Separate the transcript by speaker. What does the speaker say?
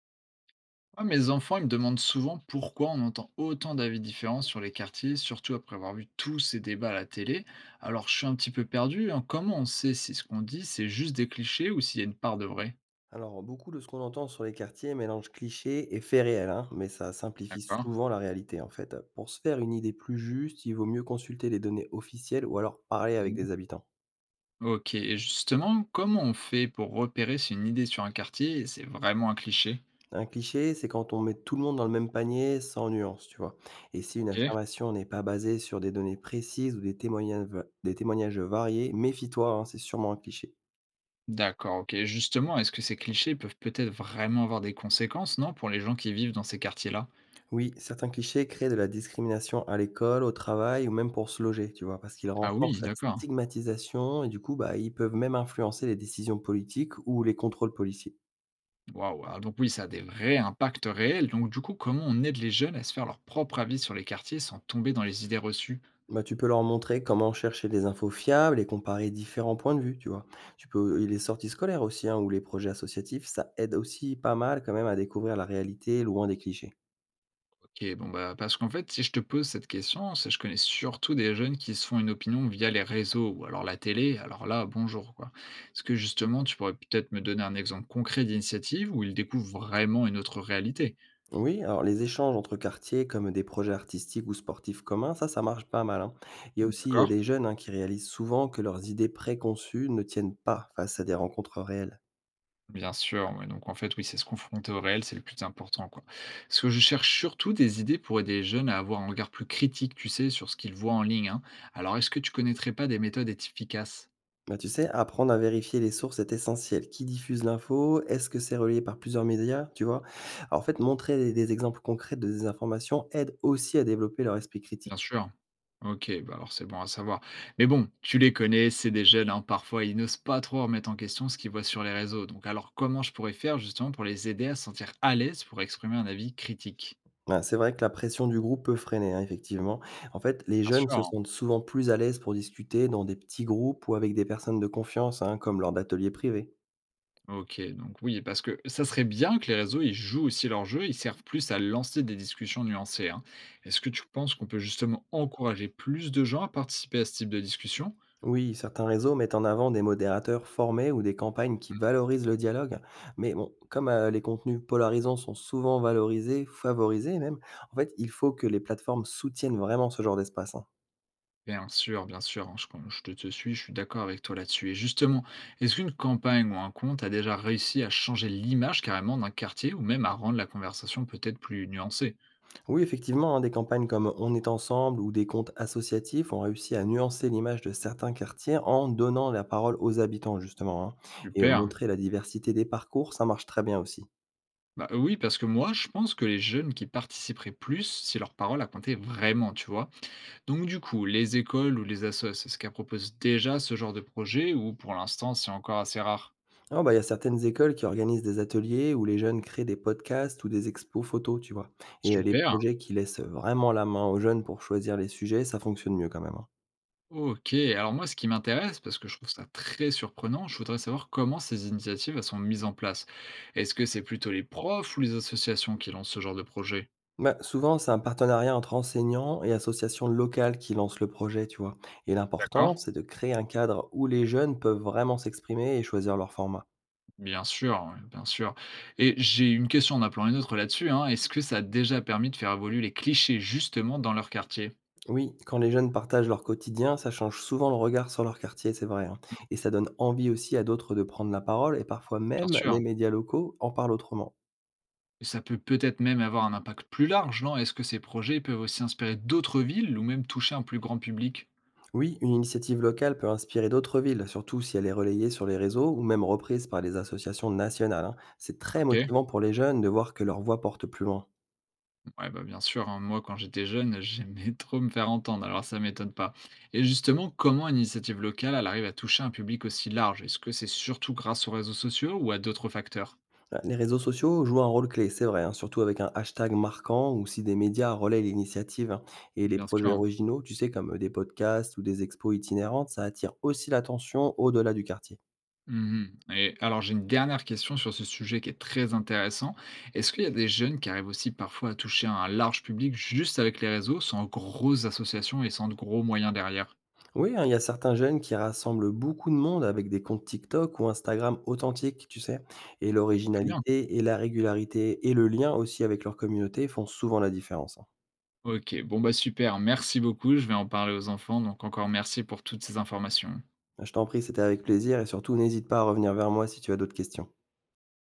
Speaker 1: Ouais, mes enfants, ils me demandent souvent pourquoi on entend autant d'avis différents sur les quartiers, surtout après avoir vu tous ces débats à la télé. Alors je suis un petit peu perdu, hein. Comment on sait si ce qu'on dit, c'est juste des clichés ou s'il y a une part de vrai?
Speaker 2: Alors, beaucoup de ce qu'on entend sur les quartiers mélange clichés et faits réels, hein, mais ça simplifie
Speaker 1: D'accord.
Speaker 2: souvent la réalité en fait. Pour se faire une idée plus juste, il vaut mieux consulter les données officielles ou alors parler avec
Speaker 1: Mhm.
Speaker 2: des habitants.
Speaker 1: Ok, et justement, comment on fait pour repérer si une idée sur un quartier, c'est vraiment un cliché?
Speaker 2: Un cliché, c'est quand on met tout le monde dans le même panier sans nuance, tu vois. Et si une
Speaker 1: Ok.
Speaker 2: affirmation n'est pas basée sur des données précises ou des témoignages variés, méfie-toi, hein, c'est sûrement un cliché.
Speaker 1: D'accord, ok. Justement, est-ce que ces clichés peuvent peut-être vraiment avoir des conséquences, non, pour les gens qui vivent dans ces quartiers-là?
Speaker 2: Oui, certains clichés créent de la discrimination à l'école, au travail ou même pour se loger, tu vois, parce qu'ils
Speaker 1: Ah oui,
Speaker 2: renforcent la
Speaker 1: d'accord.
Speaker 2: stigmatisation et du coup, bah, ils peuvent même influencer les décisions politiques ou les contrôles policiers.
Speaker 1: Waouh! Alors donc oui, ça a des vrais impacts réels. Donc du coup, comment on aide les jeunes à se faire leur propre avis sur les quartiers sans tomber dans les idées reçues?
Speaker 2: Bah, tu peux leur montrer comment chercher des infos fiables et comparer différents points de vue, tu vois. Tu peux, et les sorties scolaires aussi, hein, ou les projets associatifs, ça aide aussi pas mal quand même à découvrir la réalité loin des clichés.
Speaker 1: Ok, bon bah parce qu'en fait, si je te pose cette question, c'est je connais surtout des jeunes qui se font une opinion via les réseaux ou alors la télé. Alors là, bonjour quoi. Est-ce que justement, tu pourrais peut-être me donner un exemple concret d'initiative où ils découvrent vraiment une autre réalité?
Speaker 2: Oui, alors les échanges entre quartiers comme des projets artistiques ou sportifs communs, ça marche pas mal, hein. Il y a aussi
Speaker 1: D'accord.
Speaker 2: les jeunes, hein, qui réalisent souvent que leurs idées préconçues ne tiennent pas face à des rencontres réelles.
Speaker 1: Bien sûr, ouais, donc en fait, oui, c'est se confronter au réel, c'est le plus important, quoi. Parce que je cherche surtout des idées pour aider les jeunes à avoir un regard plus critique, tu sais, sur ce qu'ils voient en ligne, hein. Alors, est-ce que tu connaîtrais pas des méthodes efficaces?
Speaker 2: Bah, tu sais, apprendre à vérifier les sources est essentiel. Qui diffuse l'info? Est-ce que c'est relayé par plusieurs médias? Tu vois? Alors, en fait, montrer des exemples concrets de désinformation aide aussi à développer leur esprit
Speaker 1: Bien
Speaker 2: critique.
Speaker 1: sûr. Ok, bah alors c'est bon à savoir. Mais bon, tu les connais, c'est des jeunes, hein, parfois ils n'osent pas trop remettre en question ce qu'ils voient sur les réseaux. Donc alors comment je pourrais faire justement pour les aider à se sentir à l'aise pour exprimer un avis critique?
Speaker 2: Ouais, c'est vrai que la pression du groupe peut freiner, hein, effectivement. En fait, les
Speaker 1: Bien
Speaker 2: jeunes se
Speaker 1: sûr.
Speaker 2: sentent souvent plus à l'aise pour discuter dans des petits groupes ou avec des personnes de confiance, hein, comme lors d'ateliers privés.
Speaker 1: OK, donc oui, parce que ça serait bien que les réseaux, ils jouent aussi leur jeu, ils servent plus à lancer des discussions nuancées, hein. Est-ce que tu penses qu'on peut justement encourager plus de gens à participer à ce type de discussion?
Speaker 2: Oui, certains réseaux mettent en avant des modérateurs formés ou des campagnes qui
Speaker 1: Mmh.
Speaker 2: valorisent le dialogue. Mais bon, comme les contenus polarisants sont souvent valorisés, favorisés même, en fait, il faut que les plateformes soutiennent vraiment ce genre d'espace, hein.
Speaker 1: Bien sûr, hein, je te suis, je suis d'accord avec toi là-dessus et justement, est-ce qu'une campagne ou un compte a déjà réussi à changer l'image carrément d'un quartier ou même à rendre la conversation peut-être plus nuancée?
Speaker 2: Oui, effectivement, hein, des campagnes comme On est ensemble ou des comptes associatifs ont réussi à nuancer l'image de certains quartiers en donnant la parole aux habitants, justement, hein. Et
Speaker 1: Super.
Speaker 2: montrer la diversité des parcours, ça marche très bien aussi.
Speaker 1: Bah, oui, parce que moi, je pense que les jeunes qui participeraient plus si leur parole a compté vraiment, tu vois? Donc du coup, les écoles ou les assos, est-ce qu'elles proposent déjà ce genre de projet ou pour l'instant c'est encore assez rare?
Speaker 2: Ah bah, il y a certaines écoles qui organisent des ateliers où les jeunes créent des podcasts ou des expos photos, tu vois. Et les
Speaker 1: Super.
Speaker 2: projets qui laissent vraiment la main aux jeunes pour choisir les sujets, ça fonctionne mieux quand même, hein.
Speaker 1: Ok, alors moi ce qui m'intéresse, parce que je trouve ça très surprenant, je voudrais savoir comment ces initiatives elles sont mises en place. Est-ce que c'est plutôt les profs ou les associations qui lancent ce genre de projet?
Speaker 2: Bah, souvent, c'est un partenariat entre enseignants et associations locales qui lancent le projet, tu vois. Et
Speaker 1: D'accord.
Speaker 2: l'important, c'est de créer un cadre où les jeunes peuvent vraiment s'exprimer et choisir leur format.
Speaker 1: Bien sûr, ouais, bien sûr. Et j'ai une question en appelant une autre là-dessus, hein. Est-ce que ça a déjà permis de faire évoluer les clichés justement dans leur quartier?
Speaker 2: Oui, quand les jeunes partagent leur quotidien, ça change souvent le regard sur leur quartier, c'est vrai, hein. Et ça donne envie aussi à d'autres de prendre la parole, et parfois
Speaker 1: Bien
Speaker 2: même les
Speaker 1: sûr.
Speaker 2: médias locaux en parlent autrement.
Speaker 1: Et ça peut peut-être même avoir un impact plus large, non? Est-ce que ces projets peuvent aussi inspirer d'autres villes ou même toucher un plus grand public?
Speaker 2: Oui, une initiative locale peut inspirer d'autres villes, surtout si elle est relayée sur les réseaux ou même reprise par les associations nationales, hein. C'est très
Speaker 1: OK.
Speaker 2: motivant pour les jeunes de voir que leur voix porte plus loin.
Speaker 1: Ouais, bah, bien sûr, hein, moi quand j'étais jeune, j'aimais trop me faire entendre, alors ça m'étonne pas. Et justement, comment une initiative locale, elle arrive à toucher un public aussi large? Est-ce que c'est surtout grâce aux réseaux sociaux ou à d'autres facteurs?
Speaker 2: Bah, les réseaux sociaux jouent un rôle clé, c'est vrai, hein, surtout avec un hashtag marquant ou si des médias relaient l'initiative, hein. Et les
Speaker 1: Bien sûr,
Speaker 2: projets
Speaker 1: hein.
Speaker 2: originaux, tu sais, comme des podcasts ou des expos itinérantes, ça attire aussi l'attention au-delà du quartier.
Speaker 1: Mmh. Et alors j'ai une dernière question sur ce sujet qui est très intéressant. Est-ce qu'il y a des jeunes qui arrivent aussi parfois à toucher un large public juste avec les réseaux, sans grosses associations et sans de gros moyens derrière?
Speaker 2: Oui, hein, il y a certains jeunes qui rassemblent beaucoup de monde avec des comptes TikTok ou Instagram authentiques, tu sais. Et
Speaker 1: Très bien.
Speaker 2: l'originalité et la régularité et le lien aussi avec leur communauté font souvent la différence, hein.
Speaker 1: OK, bon, bah, super, merci beaucoup, je vais en parler aux enfants, donc encore merci pour toutes ces informations.
Speaker 2: Je t'en prie, c'était avec plaisir et surtout n'hésite pas à revenir vers moi si tu as d'autres questions.